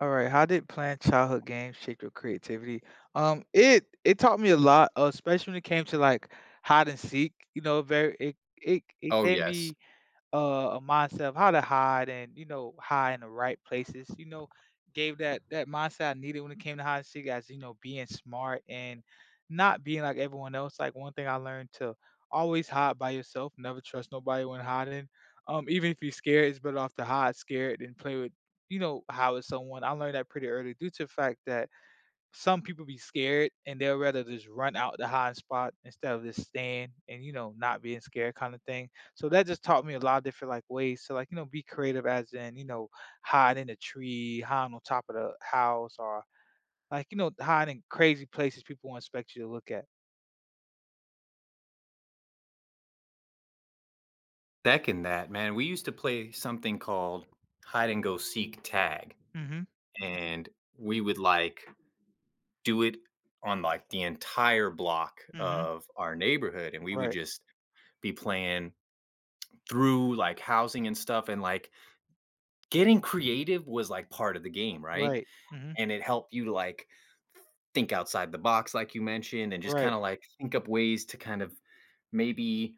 All right, how did playing childhood games shape your creativity? It taught me a lot, especially when it came to like hide and seek. You know, very it it it Oh, gave yes. me a mindset of how to hide and you know hide in the right places. You know, gave that mindset I needed when it came to hide and seek as you know being smart and not being like everyone else. Like one thing I learned to always hide by yourself. Never trust nobody when hiding. Even if you're scared, it's better off to hide scared than play with you know how with someone. I learned that pretty early due to the fact that some people be scared and they'll rather just run out the hiding spot instead of just staying and you know not being scared kind of thing, so that just taught me a lot of different like ways to like you know be creative, as in you know hide in a tree, hide on top of the house, or like you know hide in crazy places people won't expect you to look at. Second that, man. We used to play something called hide and go seek tag, Mm-hmm. and we would, like, do it on, like, the entire block Mm-hmm. of our neighborhood, and we would Right. just be playing through, like, housing and stuff, and, like, getting creative was, like, part of the game, right? Right. Mm-hmm. And it helped you to, like, think outside the box, like you mentioned, and just Right. kind of like think up ways to kind of maybe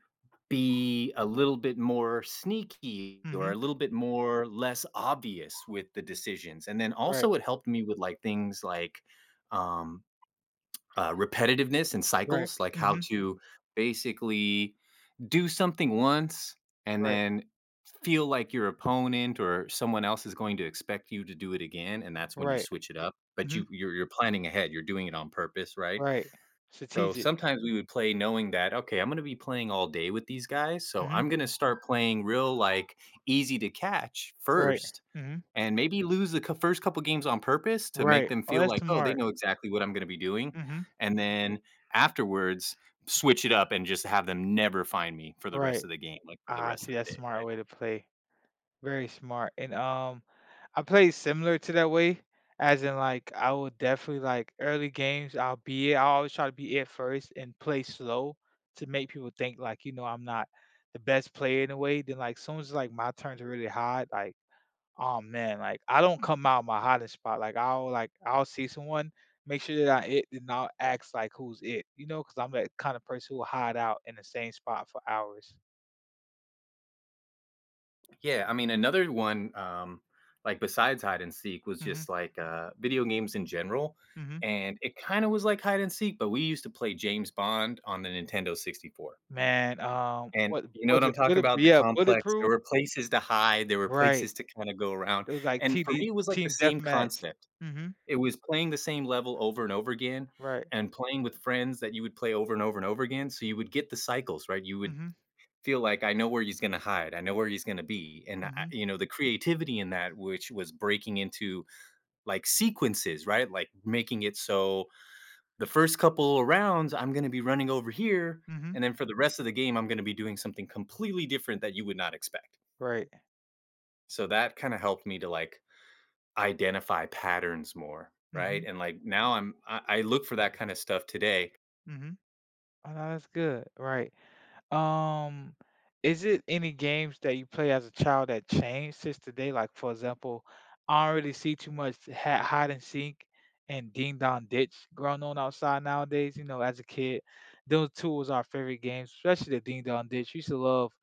be a little bit more sneaky or Mm-hmm. a little bit more less obvious with the decisions. And then Right. also, it helped me with like things like, um, repetitiveness and Right. cycles, like how Mm-hmm. to basically do something once and Right. then feel like your opponent or someone else is going to expect you to do it again, and that's when you Right. switch it up. But Mm-hmm. you're planning ahead. You're doing it on purpose, right? Right. So Strategic. sometimes we would play knowing that okay, I'm going to be playing all day with these guys, so Mm-hmm. I'm going to start playing real like easy to catch Right. first Mm-hmm. and maybe lose the cou first couple games on purpose to make Right. them Oh, feel that's like, "Oh, they smart. know exactly what I'm gonna be doing," Mm-hmm. and then afterwards, switch it up and just have them never find me for the rest Right. of the game, like, for the Ah, rest see, of the that's day, smart right? way to play. Very smart. And I play similar to that way, as in like I will definitely like early games. I'll be it. I always try to be it first and play slow to make people think like you know I'm not the best player in a way. Then like soon as like my turn to really hide, like oh man, like I don't come out my hiding spot. Like I'll see someone, make sure that I it, then I'll ask like who's it, you know, because I'm that kind of person who will hide out in the same spot for hours. Yeah, I mean, another one, like, besides hide and seek was Hmm. just, like, video games in general, Hmm. and it kinda was like hide and seek, but we used to play James Bond on the Nintendo 64. Man, And what you know what was I'm it, talking Bullet about? The yeah, complex. There Bulletproof? were places to hide, there were Right. places to kinda go around, It was like and for TD. me, it was like the Team same Deathmatch. concept. Mhm. It was playing the same level over and over again Right. and playing with friends that you would play over and over and over again, so you would get the cycles, right? You would Mhm. feel like, "I know where he's gonna hide. I know where he's gonna be," and I Mhm. you know, the creativity in that, which was breaking into, like, sequences, right? Like, making it so the first couple of rounds, I'm going to be running over here. Mhm. And then for the rest of the game, I'm going to be doing something completely different that you would not expect. Right. So that kind of helped me to like identify patterns more. Right. Mhm. And like now I look for that kind of stuff today. Mhm. Oh, no, that's good. Right. Um, is it any games that you play as a child that changed since today? Like for example, I don't really see too much ha hide and seek and ding dong ditch going on outside nowadays. You know, as a kid, those two was our favorite games, especially the ding dong ditch. We used to love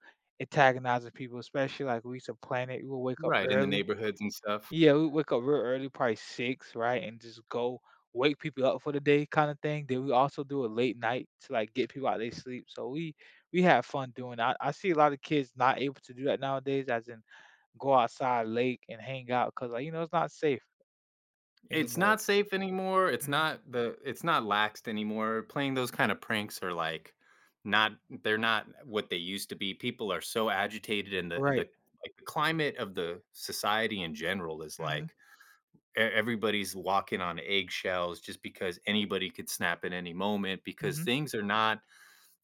antagonizing people, especially like we used to plan it. We would wake up Right. In the early. neighborhoods and stuff. Yeah, we wake up real early, probably 6, right, and just go wake people up for the day kinda thing. Then we also do a late night to, like, get people out they sleep. So we have fun doing that. I see a lot of kids not able to do that nowadays, as in go outside late and hang out 'cause, like, you know, it's not safe It's anymore. not safe anymore. Mhm. It's not laxed anymore. Playing those kind of pranks are like not, they're not what they used to be. People are so agitated and Right. like the climate of the society in general is Mhm. like e- everybody's walking on eggshells just because anybody could snap at any moment because Mhm. things are not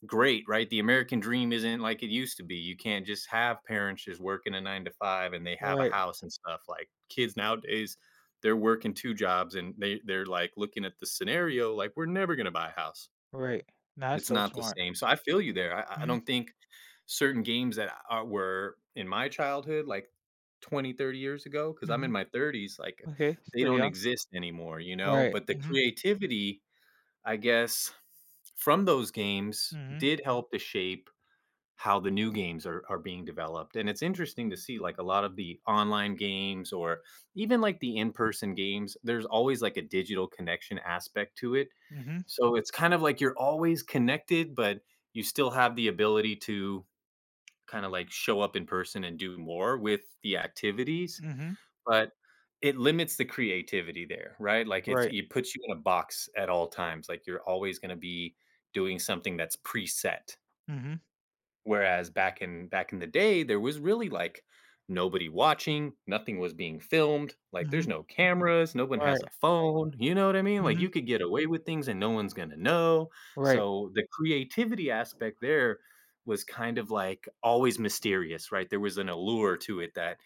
great, right? The American dream isn't like it used to be. You can't just have parents just working a nine to five and they have a Right. house and stuff. Like kids nowadays, they're working two jobs and they're like looking at the scenario like, we're never going to buy a house. Right. Nah, that's It's so not the smart. same. So I feel you there. I Mhm. don't think certain games that are were in my childhood, like 20, 30 years ago, because 'cause I'm in Mhm. my 30s, like, Okay, they still don't young. exist anymore, you know? Right. But the Mhm. creativity, I guess, from those games Mhm. did help to shape how the new games are being developed. And it's interesting to see like a lot of the online games or even like the in-person games, there's always like a digital connection aspect to it. Mhm. So it's kind of like you're always connected, but you still have the ability to kind of like show up in person and do more with the activities, Mhm. but it limits the creativity there, right? Like it's Right. it puts you in a box at all times. Like you're always going to be doing something that's preset. Mhm. Whereas back in the day, there was really like nobody watching, nothing was being filmed, like Mhm. there's no cameras, no one Right. has a phone, you know what I mean? Like Mhm. you could get away with things and no one's gonna know. Right. So the creativity aspect there was kind of like always mysterious, right? There was an allure to it that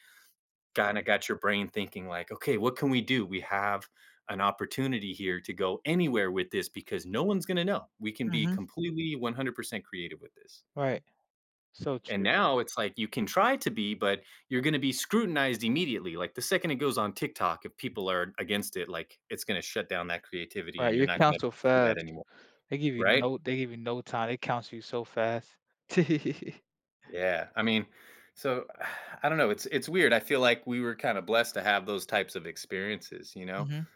kind of got your brain thinking, like, okay, what can we do? We have an opportunity here to go anywhere with this because no one's gonna know. We can be Mhm. completely 100% creative with this. Right. So And true. now it's like you can try to be, but you're going to be scrutinized immediately. Like the second it goes on TikTok, if people are against it, like it's going to shut down that creativity Right, and you're you not count going to so do that fast. anymore. They give you Right? no they give you no time. They count you so fast. Yeah. I mean, so I don't know. It's weird. I feel like we were kind of blessed to have those types of experiences, you know? Mhm,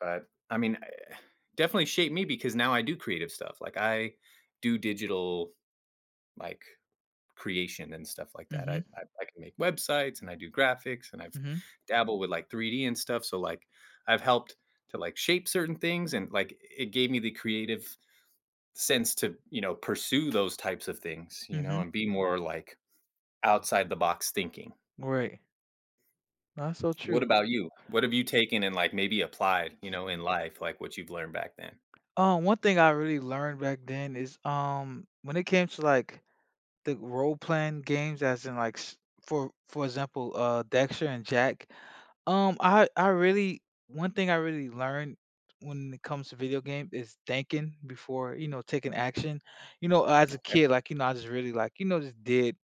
But I mean, I- definitely shaped me because now I do creative stuff. Like I do digital like creation and stuff like that. I mhm, I I can make websites and I do graphics and I've mhm, dabbled with, like, 3D and stuff, so, like, I've helped to, like, shape certain things and, like, it gave me the creative sense to, you know, pursue those types of things, you know, mhm. and be more, like, outside the box thinking. Right. That's so true. What about you? What have you taken and, like, maybe applied, you know, in life, like, what you've learned back then? One thing I really learned back then is when it came to like the role playing games, as in like for example, Dexter and Jack. I really one thing I really learned when it comes to video games is thinking before, you know, taking action. You know, as a Okay. kid, like, you know, I just really like, you know, just did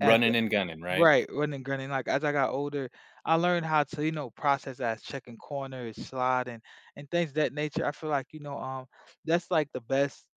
as Running and gunning, right? Right, running, gunning. Like as I got older, I learned how to, you know, process as checking corners, sliding, and things of that nature. I feel like you know, that's like the best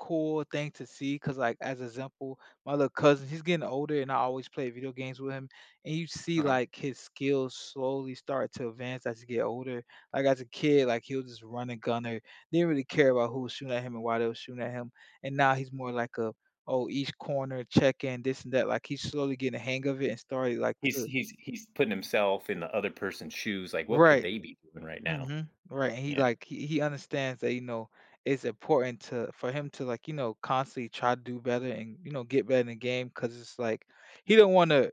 cool thing to see, because like as example my little cousin he's getting older and I always play video games with him, and you see Uh-huh. like his skills slowly start to advance as you get older. Like as a kid like he'll just run and gunner, didn't really care about who was shooting at him and why they were shooting at him, and now he's more like a oh, each corner, check in, this and that. Like he's slowly getting the hang of it and started like He's to. he's he's putting himself in the other person's shoes, like, what could Right. they be doing right now? Hmm. Right. And he Yeah. like he understands that, you know, it's important to for him to like, you know, constantly try to do better and, you know, get better in the game, because it's like he don't want to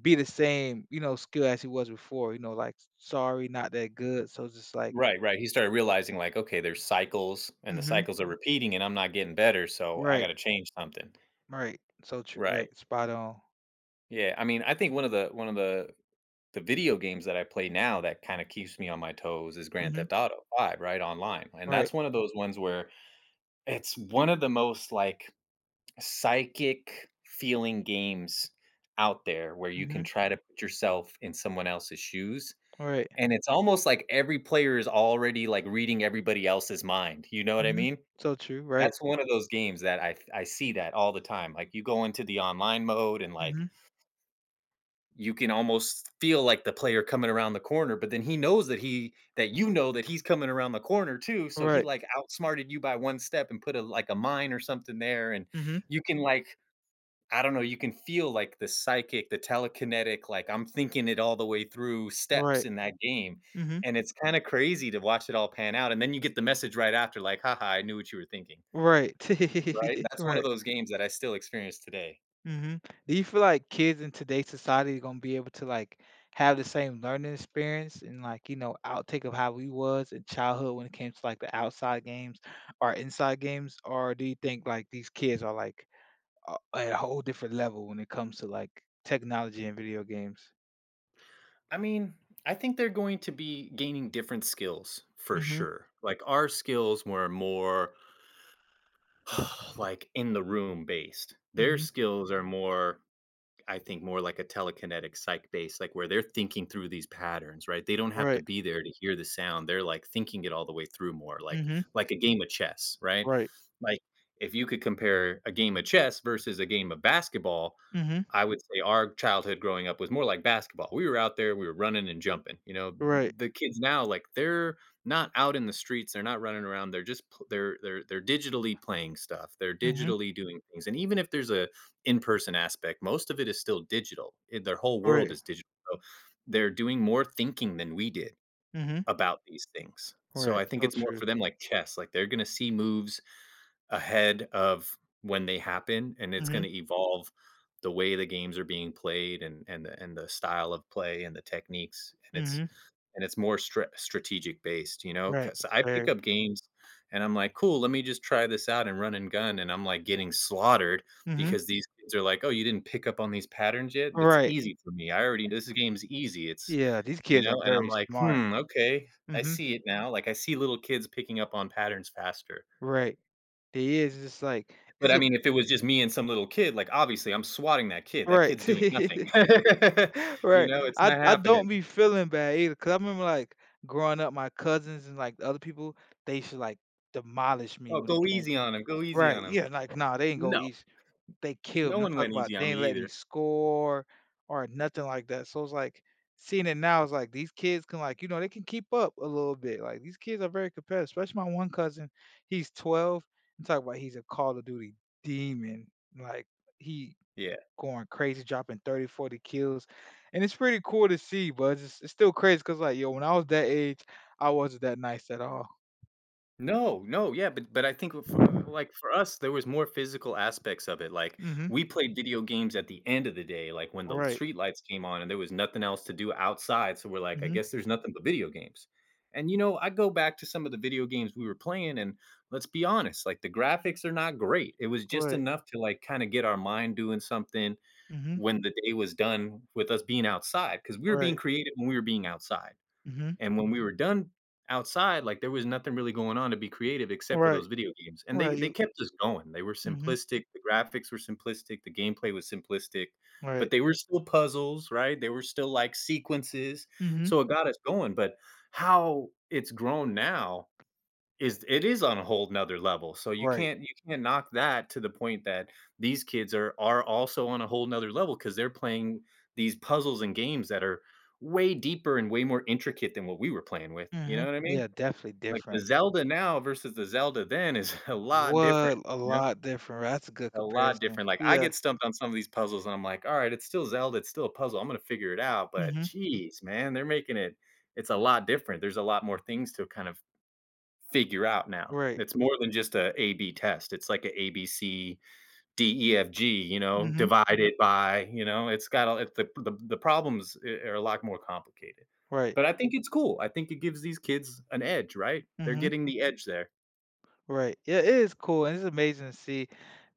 be the same, you know, skill as he was before, you know, like sorry, not that good. So it's just like. Right, right. He started realizing like, okay, there's cycles and the Hmm. cycles are Mhm. repeating and I'm not getting better, so I Right, got to change something. right. So true, right, Right. spot on. Yeah, I mean, I think one of the video games that I play now that kind of keeps me on my toes is Grand Hmm. Theft Auto 5, right, online. And Right. that's one of those ones where it's one of the most like psychic feeling games out there where you can Hmm. try to put yourself in someone else's shoes Right. and it's almost like every player is already like reading everybody else's mind. You know what I Hmm. mean? So true, right. That's one of those games that I see that all the time, like, you go into the online mode and, like, Hmm. you can almost feel, like, the player coming around the corner, but then he knows that he that you know that he's coming around the corner too, so he, Right. like, outsmarted you by 1 step and put a like, a mine or something there, and Hmm. you can, like I don't know, you can feel, like, the psychic, the telekinetic, like, I'm thinking it all the way through steps Right. in that game, Mhm. and it's kinda crazy to watch it all pan out, and then you get the message right after, like, "Haha, I knew what you were thinking." Right. Right? That's one of Right. those games that I still experience today. Mhm. Do you feel like kids in today's society are gonna be able to, like, have the same learning experience and, like, you know, outtake of how we was in childhood when it came to, like, the outside games or inside games? Or do you think, like, these kids are, like, a at a whole different level when it comes to, like, technology and video games? I mean, I think they're going to be gaining different skills for Mhm. sure. Like our skills were more like in the room based. Their Mhm. skills are more, I think, more like a telekinetic psych based, like where they're thinking through these patterns, right? They don't have to Right. be there to hear the sound. They're like thinking it all the way through more, like Mhm. like a game of chess, right? Right. Like if you could compare a game of chess versus a game of basketball, Mhm. I would say our childhood growing up was more like basketball. We were out there, we were running and jumping. You know, Right. the kids now, like they're not out in the streets, they're not running around. They're just pl- they're digitally playing stuff. They're Mhm. digitally doing things. And even if there's a in-person aspect, most of it is still digital. Eh, their whole world Right. is digital. So they're doing more thinking than we did Mhm. about these things. So Right. I think So it's more true. for them like chess. Like they're gonna see moves ahead of when they happen, and it's gonna Mhm. evolve the way the games are being played and and the style of play and the techniques, and it's Mhm. and it's more stra strategic based, you know. Right. Because I pick Very. up games and I'm like, "Cool, let me just try this out and run and gun," and I'm, like, getting slaughtered Mhm. because these kids are like, "Oh, you didn't pick up on these patterns yet? That's Right. easy for me. I already this game's easy. It's" Yeah, these you kids are know? And I'm very like, smart. "Hmm, okay. I Mhm. see it now." Like, I see little kids picking up on patterns faster. Right. They is just like But, it's I a. mean, if it was just me and some little kid, like, obviously, I'm swatting that kid. That kid's Right. doing nothing. You Right. know, it's I not I don't happening. be feeling bad either. Cause I remember, like, growing up, my cousins and, like, the other people, they should like, demolish me "Oh, when it go came. easy on him, go easy Right, on him." yeah, like, "Nah, they ain't go to No, eat." They killed no me. I'm one talking went about easy on they me ain't let me either. score or nothing like that. So it's like seeing it now is like these kids can like, you know, they can keep up a little bit. Like these kids are very competitive, especially my one cousin. He's 12. I'm talking about he's a Call of Duty demon. Like he Yeah. going crazy, dropping 30, 40 kills. And it's pretty cool to see, but it's still crazy, because like, yo, when I was that age, I wasn't that nice at all. No, no, yeah, but I think with like, for us, there was more physical aspects of it, like, Mm-hmm. we played video games at the end of the day, like, when the Right. streetlights came on and there was nothing else to do outside, so we're like, "I Mm-hmm. guess there's nothing but video games." And, you know, I go back to some of the video games we were playing, and let's be honest, like, the graphics are not great. It was just Right. enough to, like, kinda get our mind doing something Mm-hmm. when the day was done with us being outside, because we were being Right. creative when we were being outside. Mm-hmm. And when we were done outside, like, there was nothing really going on to be creative except for Right. those video games, and they Right. kept us going. They were Mhm. simplistic, the graphics were simplistic, the gameplay was simplistic, but Right. they were still puzzles, right? They were still, like, sequences, Mhm. so it got us going, but how it's grown now is it is on a whole 'nother level, so you Right. can't knock that to the point that these kids are also on a whole nother level because level 'cause they're playing these puzzles and games that are way deeper and way more intricate than what we were playing with, you Mhm. know what I mean? Yeah, definitely Like, the different. Zelda now versus the Zelda then is a lot What different, a you know? lot different. Right? That's a good A lot comparison. different, like, I Yeah. get stumped on some of these puzzles and I'm like, "Alright, it's still Zelda, it's still a puzzle, I'm gonna figure it out," but, Mhm. geez, man, they're making it. It's a lot different, there's a lot more things to kind of figure out now. Right. It's more than just a A B test. It's like a A B C D E F G, you know, Mhm. divided by, you know, it's got all it's the problems are a lot more complicated. Right. But I think it's cool. I think it gives these kids an edge, right? They're Mhm. getting the edge there. Right. Yeah, it is cool, and it's amazing to see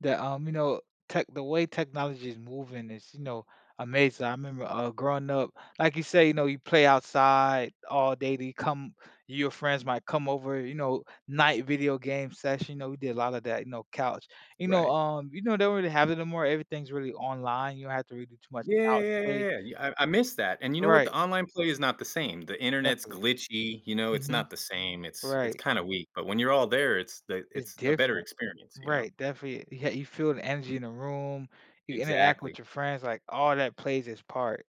that you know, tech the way technology is moving is, you know, amazing. I remember growing up, like you say, you know, you play outside all day, your friends might come over, you know, night video game session, you know, we did a lot of that, you know, couch. Right. You know, they don't really have it anymore. Everything's really online. You don't have to really do too much Yeah, couch yeah, play. yeah, yeah, yeah. I miss that. And you know what? Right, The online play is not the same. The internet's definitely. glitchy. You know, it's Hmm. not the same. It's Right. kind of weak. But when you're all there, it's the It's it's a better different. experience. You know, Right, definitely. Yeah, you feel the energy in the room, you interact exactly. with your friends, like, all that plays its part.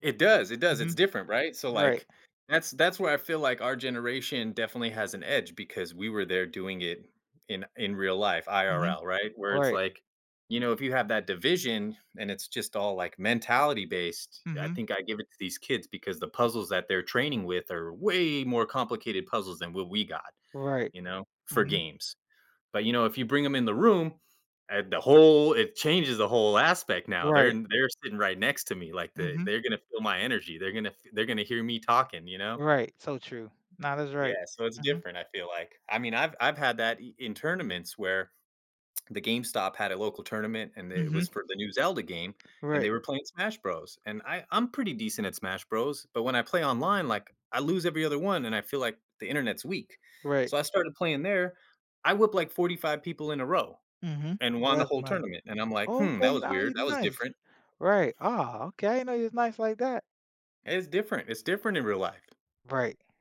It does, it's Mhm. different, right? So, Right. like, that's where I feel like our generation definitely has an edge because we were there doing it in real life, Mhm. IRL, right? Where it's Right. like, you know, if you have that division and it's just all, like, mentality based, I Mhm. think I give it to these kids because the puzzles that they're training with are way more complicated puzzles than what we got, Right. you know, for Mhm. games. But you know, if you bring them in the room, the whole it changes the whole aspect now. They're Right. they're sitting right next to me, like Mhm. they're gonna feel my energy. They're gonna hear me talking. You know. Right, so true. Nah, that's Yeah, right. so it's Mhm. different. I feel like. I mean, I've had that in tournaments where the GameStop had a local tournament, and it Mhm. was for the new Zelda game, and they Right, were playing Smash Bros. And I'm pretty decent at Smash Bros. But when I play online, like I lose every other one, and I feel like the internet's weak. right. So I started playing there. I whip like 45 people in a row Mhm. and won the That's whole nice. tournament, and I'm like, "Hmm, Okay, that was nah, weird, he's that was nice. different." Right. Oh, okay, I didn't know he was nice like that. It's different, it's different in real life. Right.